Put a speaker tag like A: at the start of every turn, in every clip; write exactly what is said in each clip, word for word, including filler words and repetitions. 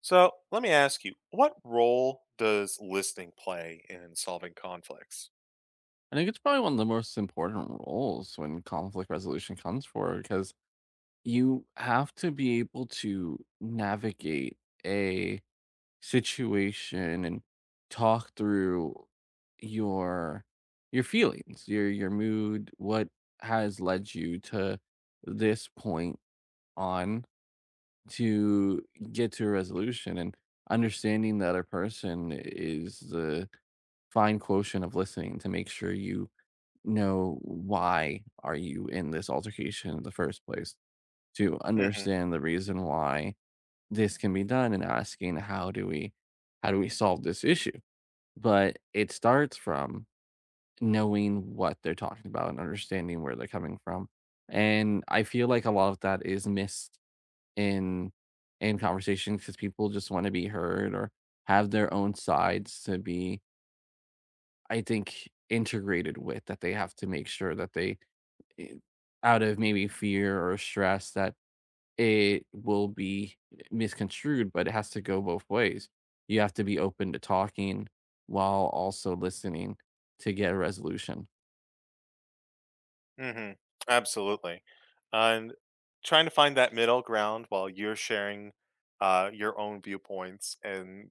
A: So let me ask you, what role does listening play in solving conflicts?
B: I think it's probably one of the most important roles when conflict resolution comes forward because you have to be able to navigate a situation and talk through your your feelings, your your mood, what has led you to this point on to get to a resolution. And understanding the other person is the fine quotient of listening to make sure you know why are you in this altercation in the first place, to
A: Hmm.
B: understand the reason why this can be done, and asking how do we how do we solve this issue? But it starts from knowing what they're talking about and understanding where they're coming from. And I feel like a lot of that is missed in in conversation because people just want to be heard or have their own sides to be, I think, integrated with, that they have to make sure that they eh, out of maybe fear or stress that it will be misconstrued, but it has to go both ways. You have to be open to talking while also listening to get a resolution.
A: Hmm. Absolutely. And trying to find that middle ground while you're sharing uh, your own viewpoints and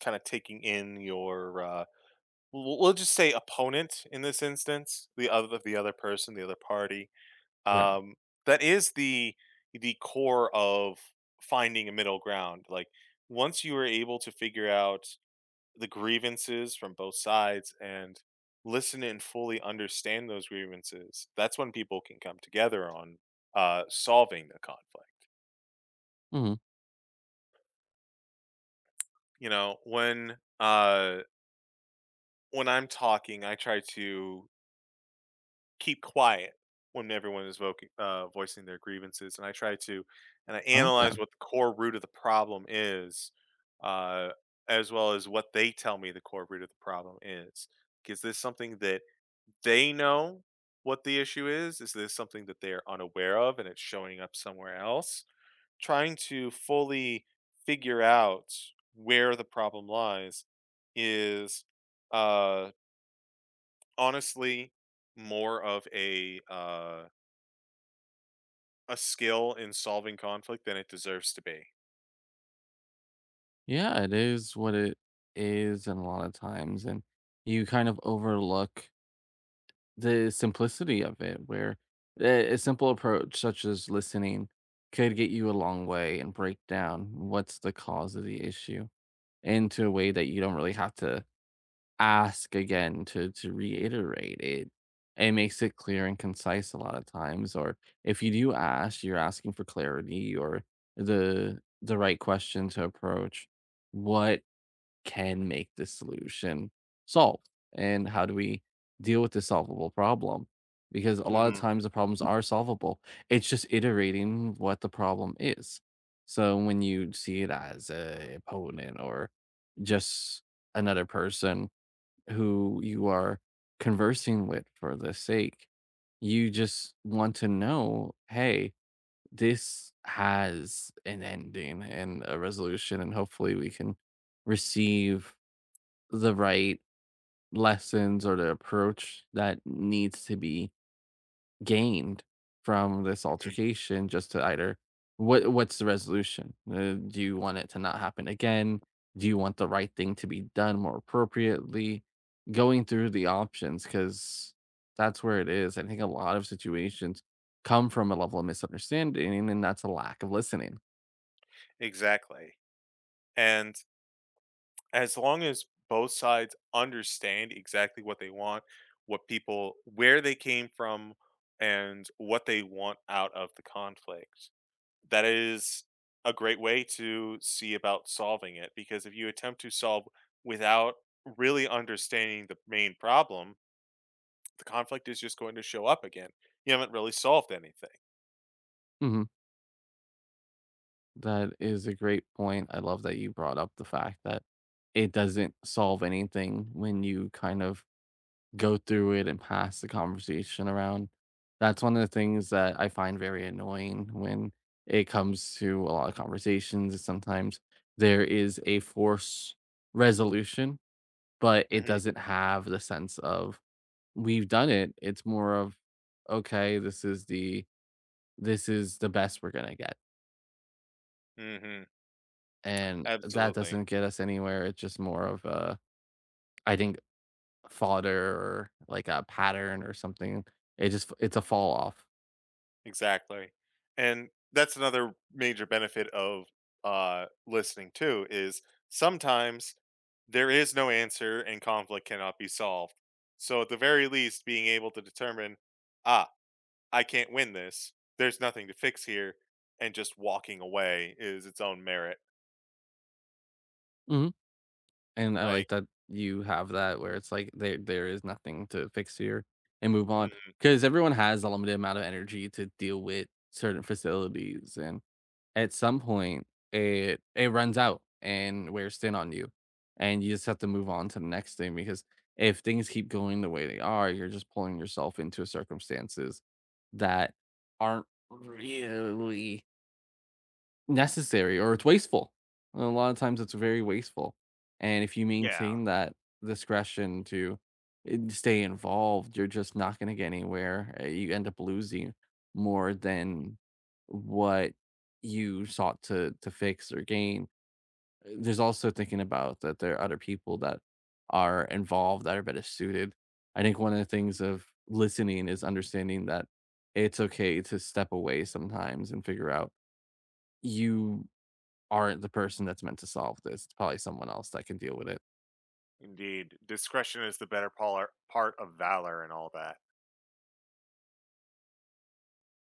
A: kind of taking in your, uh, we'll we'll just say opponent in this instance, the other the other person, the other party.
B: Right.
A: Um, that is the the core of finding a middle ground. Like once you are able to figure out the grievances from both sides and listen and fully understand those grievances, that's when people can come together on uh, solving the conflict.
B: Mhm.
A: You know, when uh, when I'm talking, I try to keep quiet when everyone is voc- uh, voicing their grievances, and I try to and I analyze
B: Okay.
A: what the core root of the problem is, uh, as well as what they tell me the core root of the problem is. Is this something that they know what the issue is? Is this something that they are unaware of and it's showing up somewhere else? Trying to fully figure out where the problem lies is uh, honestly more of a uh, a skill in solving conflict than it deserves to be.
B: Yeah, it is what it is. And a lot of times, and you kind of overlook the simplicity of it, where a a simple approach such as listening could get you a long way and break down what's the cause of the issue, into a way that you don't really have to ask again to to reiterate it. It makes it clear and concise a lot of times. Or if you do ask, you're asking for clarity or the the right question to approach. What can make this solution solved? And how do we deal with this solvable problem? Because a lot of
A: Hmm.
B: times the problems are solvable. It's just iterating what the problem is. So when you see it as a opponent or just another person who you are conversing with, for the sake, you just want to know, hey, this has an ending and a resolution, and hopefully we can receive the right lessons or the approach that needs to be gained from this
A: Mhm.
B: altercation, just to either what what's the resolution. Uh, do you want it to not happen again? Do you want the right thing to be done more appropriately? Going through the options, because that's where it is. I think a lot of situations come from a level of misunderstanding, and that's a lack of listening.
A: Exactly. And as long as both sides understand exactly what they want, what people where they came from, and what they want out of the conflict. That is a great way to see about solving it because if you attempt to solve without really understanding the main problem, the conflict is just going to show up again. You haven't really solved anything.
B: Mhm. That is a great point. I love that you brought up the fact that it doesn't solve anything when you kind of go through it and pass the conversation around. That's one of the things that I find very annoying when it comes to a lot of conversations. Is Sometimes there is a force resolution, but it
A: Mhm,
B: doesn't have the sense of, we've done it. It's more of, okay, this is the, this is the best we're gonna get.
A: mhm,
B: And that
A: absolutely.
B: doesn't get us anywhere. It's just more of a, I think, fodder or like a pattern or something. It just, it's a fall off.
A: Exactly. And that's another major benefit of uh, listening too is sometimes there is no answer and conflict cannot be solved. So at the very least, being able to determine, ah, I can't win this. There's nothing to fix here, and just walking away is its own merit.
B: Mhm. And I like
A: Like,
B: that you have that, where it's like there there is nothing to fix here, and move on.
A: mm,
B: Because everyone has a limited amount of energy to deal with certain facilities, and at some point, it it runs out and wears thin on you, and you just have to move on to the next thing. Because if things keep going the way they are, you're just pulling yourself into circumstances that aren't really necessary, or it's wasteful. And a lot of times it's very wasteful. And if you
A: yeah,
B: maintain that discretion to in- stay involved, you're just not going to get anywhere. Uh, You end up losing more than what you sought to to fix or gain. Uh, There's also thinking about that there are other people that are involved that are better suited. I think one of the things of listening is understanding that it's okay to step away sometimes and figure out you aren't the person that's meant to solve this. It's probably someone else that can deal with it.
A: indeed, discretion is the better polar- part of valor and all that.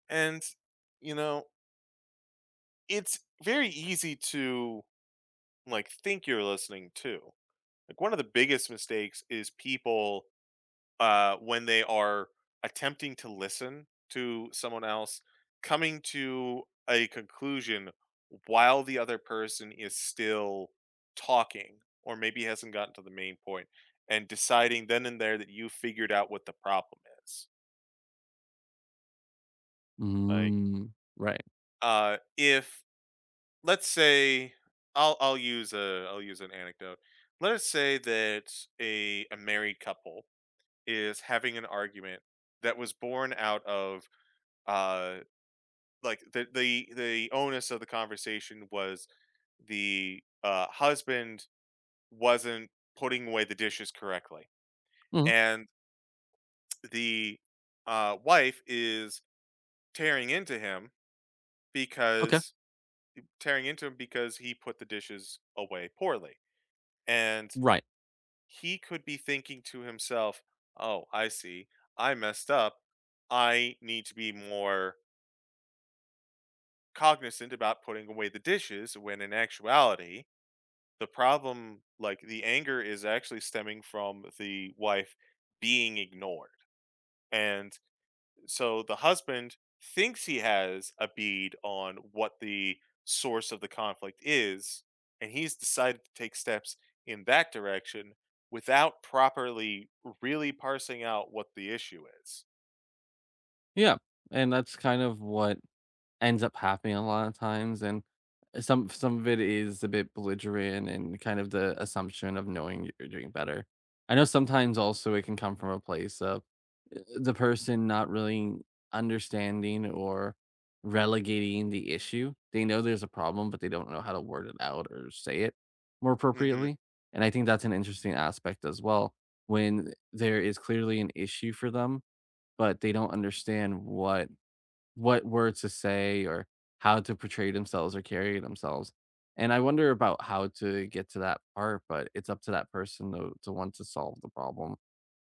A: And you know, it's very easy to like think you're listening too. Like one of the biggest mistakes is people uh when they are attempting to listen to someone else coming to a conclusion while the other person is still talking or maybe hasn't gotten to the main point and deciding then and there that you figured out what the problem is. Like
B: Mm, right.
A: uh if let's say I'll I'll use a I'll use an anecdote. Let us say that a a married couple is having an argument that was born out of uh like the the the onus of the conversation was the uh husband wasn't putting away the dishes correctly,
B: Mhm,
A: and the uh wife is tearing into him
B: okay.
A: because tearing into him because he put the dishes away poorly, and
B: Right.
A: he could be thinking to himself, oh, I see, I messed up, I need to be more cognizant about putting away the dishes, when in actuality the problem, like the anger, is actually stemming from the wife being ignored. And so the husband thinks he has a bead on what the source of the conflict is, and he's decided to take steps in that direction without properly really parsing out what the issue is.
B: Yeah, and that's kind of what ends up happening a lot of times. And uh, some some of it is a bit belligerent and kind of the assumption of knowing you're doing better. I know sometimes also it can come from a place of uh, the person not really understanding or relegating the issue. They know there's a problem, but they don't know how to word it out or say it more
A: Mhm.
B: appropriately. And I think that's an interesting aspect as well, when there is clearly an issue for them, but they don't understand what what words to say or how to portray themselves or carry themselves. And I wonder about how to get to that part, but it's up to that person to, to want to solve the problem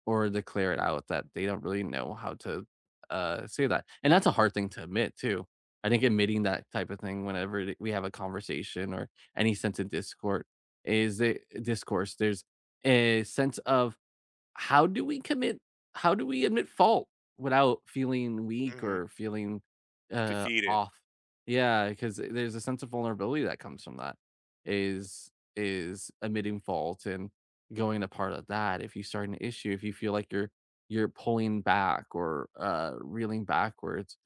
B: or declare it out that they don't really know how to, uh, say that. And that's a hard thing to admit, too. I think admitting that type of thing whenever it- we have a conversation or any sense of discord is a discourse. There's a sense of how do we commit how do we admit fault without feeling weak
A: Mhm.
B: or feeling, uh,
A: Defeated.
B: off? Yeah, because there's a sense of vulnerability that comes from that, is is admitting fault and going a part of that. If you start an issue, if you feel like you're you're pulling back or, uh, reeling backwards,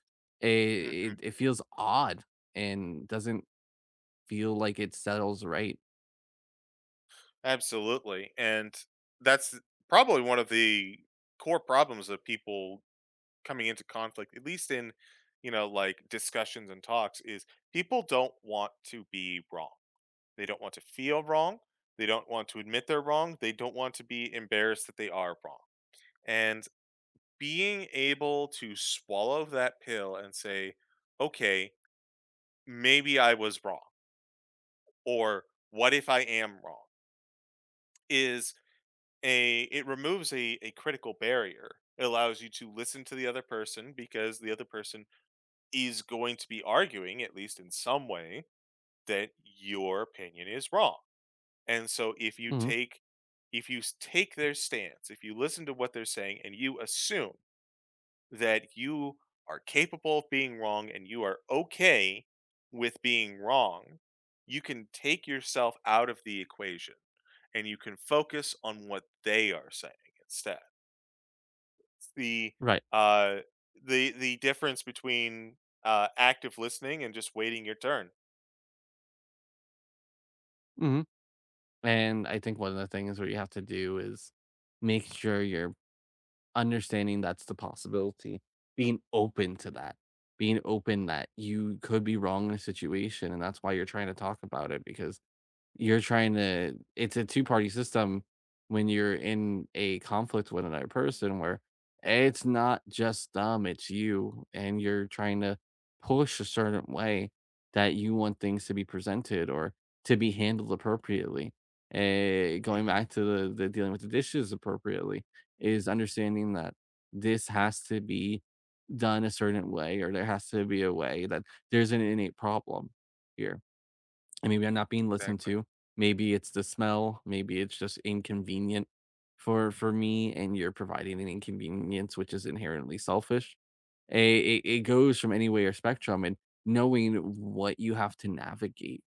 B: I
A: Mm-hmm.
B: it it feels odd and doesn't feel like it settles right.
A: Absolutely, and that's probably one of the core problems of people coming into conflict, at least in, you know, like, discussions and talks, is people don't want to be wrong. They don't want to feel wrong, they don't want to admit they're wrong, they don't want to be embarrassed that they are wrong, and being able to swallow that pill and say, "Okay, maybe I was wrong," or "What if I am wrong?" is a it removes a, a critical barrier. It allows you to listen to the other person because the other person is going to be arguing, at least in some way, that your opinion is wrong. And so if you
B: Mhm.
A: take if you s- take their stance, if you listen to what they're saying and you assume that you are capable of being wrong and you are okay with being wrong, you can take yourself out of the equation and you can focus on what they are saying instead. The
B: Right.
A: uh the the difference between uh active listening and just waiting your turn.
B: Mhm. And I think one of the things where you have to do is make sure you're understanding that's the possibility, being open to that, being open that you could be wrong in a situation. And that's why you're trying to talk about it, because you're trying to it's a two-party system when you're in a conflict with another person, where it's not just them, it's you, and you're trying to push a certain way that you want things to be presented or to be handled appropriately. Eh, going
A: Mhm.
B: back to the the dealing with the dishes appropriately, is understanding that this has to be done a certain way, or there has to be a way that there's an innate problem here, and maybe I'm not being listened
A: Exactly.
B: to. Maybe it's the smell, maybe it's just inconvenient for for me, and you're providing an inconvenience which is inherently selfish. A- It, it goes from any way or spectrum, and knowing what you have to navigate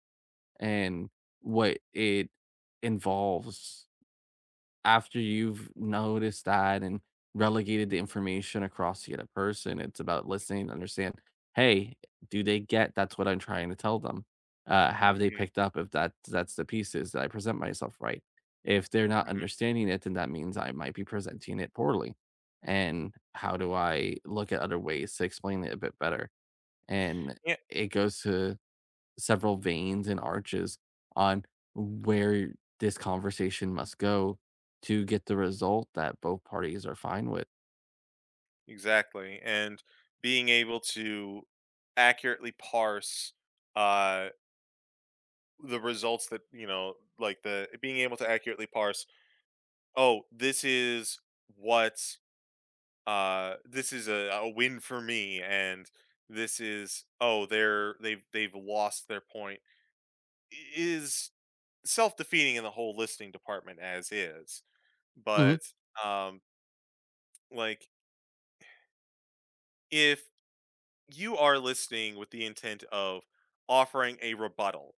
B: and what it involves, after you've noticed that and relegated the information across the other person, it's about listening to understand, hey, do they get that's what I'm trying to tell them? Uh, have they
A: Mhm,
B: picked up if that that's the pieces that I present myself right? If they're not
A: mhm.
B: understanding it, then that means I might be presenting it poorly. And how do I look at other ways to explain it a bit better? And
A: Yeah,
B: it goes to several veins and arches on where this conversation must go to get the result that both parties are fine with.
A: exactly. And being able to accurately parse uh the results that, you know, like the being able to accurately parse, oh, this is what uh this is a, a win for me, and this is, oh, they're they've they've lost their point, is self-defeating in the whole listening department as is.
B: Mhm.
A: But, um, like, if you are listening with the intent of offering a rebuttal,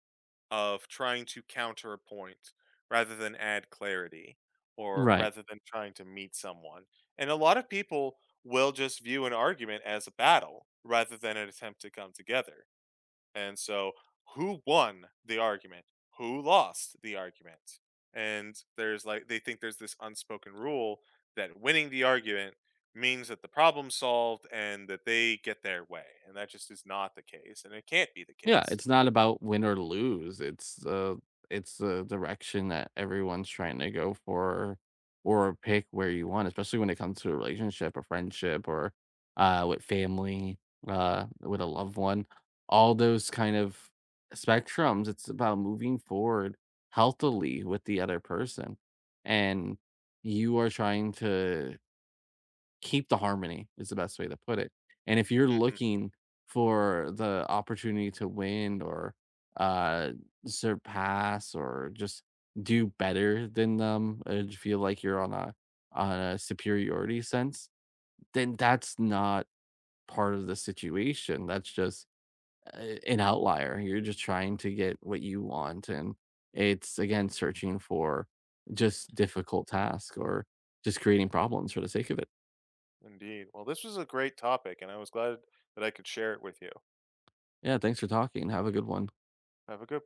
A: of trying to counter a point rather than add clarity, or
B: Right.
A: rather than trying to meet someone, and a lot of people will just view an argument as a battle rather than an attempt to come together. And so, who won the argument? Who lost the argument? And there's like, they think there's this unspoken rule that winning the argument means that the problem's solved and that they get their way. And that just is not the case. And it can't be the
B: Yeah,
A: case.
B: it's not about win or lose. It's uh it's the direction that everyone's trying to go for, or pick where you want, especially when it comes to a relationship, a friendship, or uh with family, uh with a loved one. All those kind of spectrums, it's about moving forward healthily with the other person. And you are trying to keep the harmony, is the best way to put it. And if you're
A: Hmm.
B: looking for the opportunity to win or uh, surpass or just do better than them and feel like you're on a on a superiority sense, then that's not part of the situation. That's just uh, an outlier. You're just trying to get what you want, and it's again searching for just difficult task, or just creating problems for the sake of it.
A: Indeed. Well, this was a great topic, and I was glad that I could share it with you.
B: Yeah, thanks for talking. Have a good one.
A: Have a good one.